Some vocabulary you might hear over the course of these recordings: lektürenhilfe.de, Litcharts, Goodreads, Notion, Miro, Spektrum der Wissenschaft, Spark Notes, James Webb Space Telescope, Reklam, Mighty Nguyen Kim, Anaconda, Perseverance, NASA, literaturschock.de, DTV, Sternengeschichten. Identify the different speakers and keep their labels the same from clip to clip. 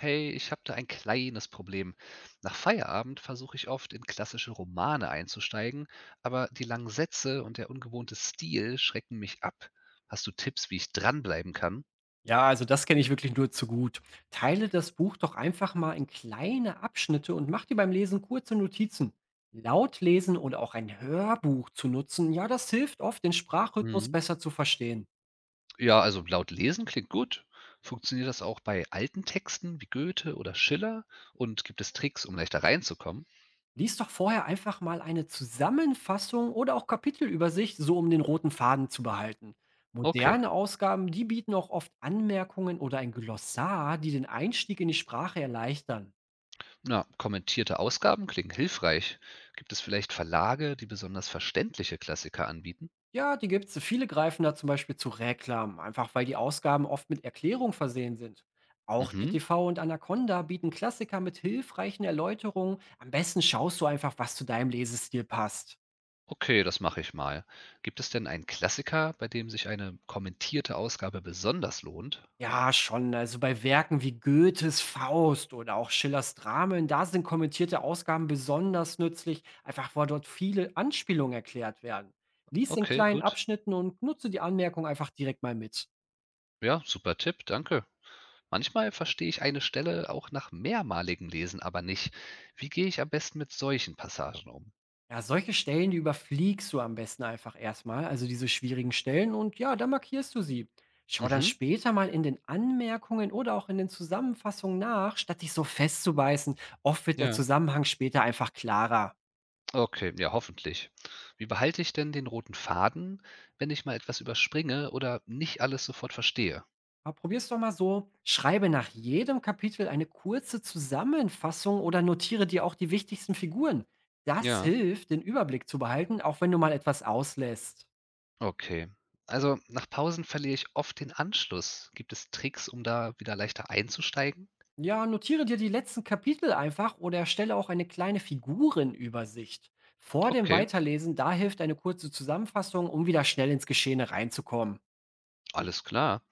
Speaker 1: Hey, ich habe da ein kleines Problem. Nach Feierabend versuche ich oft in klassische Romane einzusteigen, aber die langen Sätze und der ungewohnte Stil schrecken mich ab. Hast du Tipps, wie ich dranbleiben kann?
Speaker 2: Ja, also das kenne ich wirklich nur zu gut. Teile das Buch doch einfach mal in kleine Abschnitte und mach dir beim Lesen kurze Notizen. Laut lesen oder auch ein Hörbuch zu nutzen, ja, das hilft oft, den Sprachrhythmus
Speaker 1: Mhm.
Speaker 2: besser zu verstehen.
Speaker 1: Ja, also laut Lesen klingt gut. Funktioniert das auch bei alten Texten wie Goethe oder Schiller? Und gibt es Tricks, um leichter reinzukommen?
Speaker 2: Lies doch vorher einfach mal eine Zusammenfassung oder auch Kapitelübersicht, so um den roten Faden zu behalten.
Speaker 1: Okay.
Speaker 2: Moderne Ausgaben, die bieten auch oft Anmerkungen oder ein Glossar, die den Einstieg in die Sprache erleichtern.
Speaker 1: Na, kommentierte Ausgaben klingen hilfreich. Gibt es vielleicht Verlage, die besonders verständliche Klassiker anbieten?
Speaker 2: Ja, die gibt's. Viele greifen da zum Beispiel zu Reklam, einfach weil die Ausgaben oft mit Erklärung versehen sind. Auch
Speaker 1: Mhm.
Speaker 2: DTV und Anaconda bieten Klassiker mit hilfreichen Erläuterungen. Am besten schaust du einfach, was zu deinem Lesestil passt.
Speaker 1: Okay, das mache ich mal. Gibt es denn einen Klassiker, bei dem sich eine kommentierte Ausgabe besonders lohnt?
Speaker 2: Ja, schon. Also bei Werken wie Goethes Faust oder auch Schillers Dramen, da sind kommentierte Ausgaben besonders nützlich, einfach weil dort viele Anspielungen erklärt werden. Lies in
Speaker 1: Okay,
Speaker 2: kleinen
Speaker 1: gut.
Speaker 2: Abschnitten und nutze die Anmerkung einfach direkt mal mit.
Speaker 1: Ja, super Tipp, danke. Manchmal verstehe ich eine Stelle auch nach mehrmaligem Lesen aber nicht. Wie gehe ich am besten mit solchen Passagen um?
Speaker 2: Ja, solche Stellen, die überfliegst du am besten einfach erstmal, also diese schwierigen Stellen und ja, dann markierst du sie. Schau dann
Speaker 1: Mhm,
Speaker 2: später mal in den Anmerkungen oder auch in den Zusammenfassungen nach, statt dich so festzubeißen. Oft wird der
Speaker 1: ja.
Speaker 2: Zusammenhang später einfach klarer.
Speaker 1: Okay, ja, hoffentlich. Wie behalte ich denn den roten Faden, wenn ich mal etwas überspringe oder nicht alles sofort verstehe?
Speaker 2: Aber probier's doch mal so. Schreibe nach jedem Kapitel eine kurze Zusammenfassung oder notiere dir auch die wichtigsten Figuren. Das
Speaker 1: Ja.
Speaker 2: hilft, den Überblick zu behalten, auch wenn du mal etwas auslässt.
Speaker 1: Okay. Also nach Pausen verliere ich oft den Anschluss. Gibt es Tricks, um da wieder leichter einzusteigen?
Speaker 2: Ja, notiere dir die letzten Kapitel einfach oder erstelle auch eine kleine Figurenübersicht. Vor dem
Speaker 1: Okay,
Speaker 2: Weiterlesen, da hilft eine kurze Zusammenfassung, um wieder schnell ins Geschehene reinzukommen.
Speaker 1: alles klar.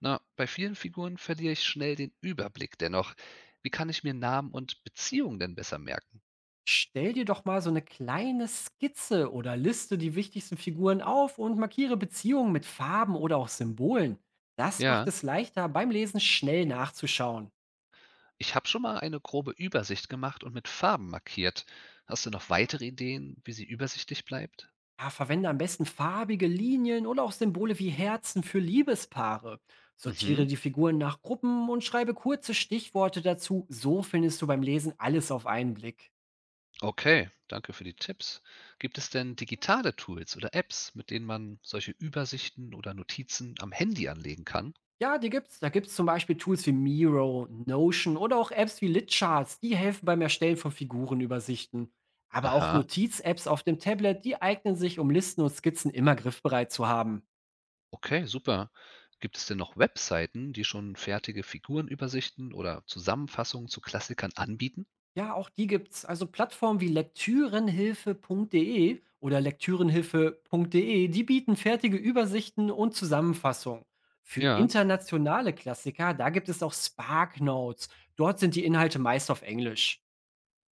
Speaker 1: Na, bei vielen Figuren verliere ich schnell den Überblick dennoch. Wie kann ich mir Namen und Beziehungen denn besser merken?
Speaker 2: Stell dir doch mal so eine kleine Skizze oder liste die wichtigsten Figuren auf und markiere Beziehungen mit Farben oder auch Symbolen. Das
Speaker 1: Ja,
Speaker 2: macht es leichter, beim Lesen schnell nachzuschauen.
Speaker 1: ich habe schon mal eine grobe Übersicht gemacht und mit Farben markiert. Hast du noch weitere Ideen, wie sie übersichtlich bleibt?
Speaker 2: Ja, verwende am besten farbige Linien oder auch Symbole wie Herzen für Liebespaare. Sortiere
Speaker 1: Mhm.
Speaker 2: die Figuren nach Gruppen und schreibe kurze Stichworte dazu. So findest du beim Lesen alles auf einen Blick.
Speaker 1: Okay, danke für die Tipps. Gibt es denn digitale Tools oder Apps, mit denen man solche Übersichten oder Notizen am Handy anlegen kann?
Speaker 2: Ja, die gibt's. Da gibt's zum Beispiel Tools wie Miro, Notion oder auch Apps wie Litcharts, die helfen beim Erstellen von Figurenübersichten. Aber auch
Speaker 1: Aha,
Speaker 2: Notiz-Apps auf dem Tablet, die eignen sich, um Listen und Skizzen immer griffbereit zu haben.
Speaker 1: okay, super. Gibt es denn noch Webseiten, die schon fertige Figurenübersichten oder Zusammenfassungen zu Klassikern anbieten?
Speaker 2: Ja, auch die gibt's. Also Plattformen wie lektürenhilfe.de oder lektürenhilfe.de, die bieten fertige Übersichten und Zusammenfassungen. Für
Speaker 1: Ja.
Speaker 2: internationale Klassiker, da gibt es auch Spark Notes. Dort sind die Inhalte meist auf Englisch.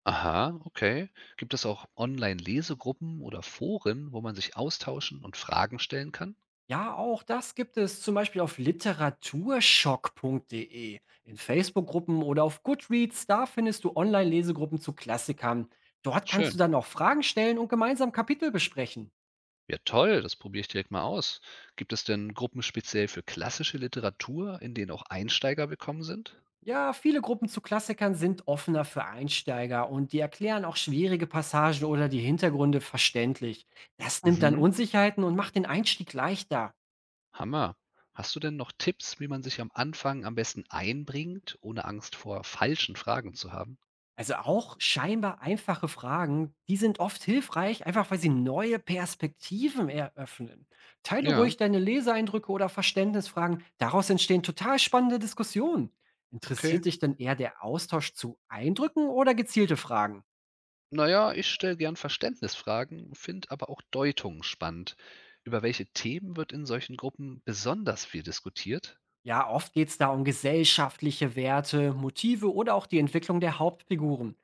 Speaker 1: Aha, okay. Gibt es auch Online-Lesegruppen oder Foren, wo man sich austauschen und Fragen stellen kann?
Speaker 2: Ja, auch das gibt es zum Beispiel auf literaturschock.de, in Facebook-Gruppen oder auf Goodreads. Da findest du Online-Lesegruppen zu Klassikern. Dort kannst du
Speaker 1: Schön.
Speaker 2: dann auch Fragen stellen und gemeinsam Kapitel besprechen.
Speaker 1: Ja, toll, das probiere ich direkt mal aus. Gibt es denn Gruppen speziell für klassische Literatur, in denen auch Einsteiger willkommen sind?
Speaker 2: Ja, viele Gruppen zu Klassikern sind offener für Einsteiger und die erklären auch schwierige Passagen oder die Hintergründe verständlich. Das nimmt dann
Speaker 1: Mhm,
Speaker 2: Unsicherheiten und macht den Einstieg leichter.
Speaker 1: Hammer. Hast du denn noch Tipps, wie man sich am Anfang am besten einbringt, ohne Angst vor falschen Fragen zu haben?
Speaker 2: Also auch scheinbar einfache Fragen, die sind oft hilfreich, einfach weil sie neue Perspektiven eröffnen. Teile
Speaker 1: Ja,
Speaker 2: ruhig deine Leseeindrücke oder Verständnisfragen, daraus entstehen total spannende Diskussionen.
Speaker 1: okay.
Speaker 2: Interessiert dich denn eher der Austausch zu Eindrücken oder gezielte Fragen?
Speaker 1: Naja, ich stelle gern Verständnisfragen, finde aber auch Deutungen spannend. Über welche Themen wird in solchen Gruppen besonders viel diskutiert?
Speaker 2: Ja, oft geht es da um gesellschaftliche Werte, Motive oder auch die Entwicklung der Hauptfiguren.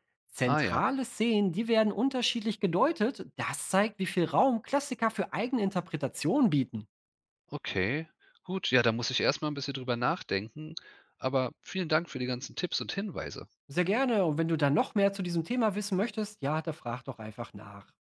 Speaker 1: Ah ja.
Speaker 2: Zentrale Szenen, die werden unterschiedlich gedeutet. Das zeigt, wie viel Raum Klassiker für eigene Interpretationen bieten.
Speaker 1: Okay, gut. Ja, da muss ich erst mal 'n bisschen drüber nachdenken, aber vielen Dank für die ganzen Tipps und Hinweise.
Speaker 2: Sehr gerne. Und wenn du dann noch mehr zu diesem Thema wissen möchtest, ja, da frag doch einfach nach.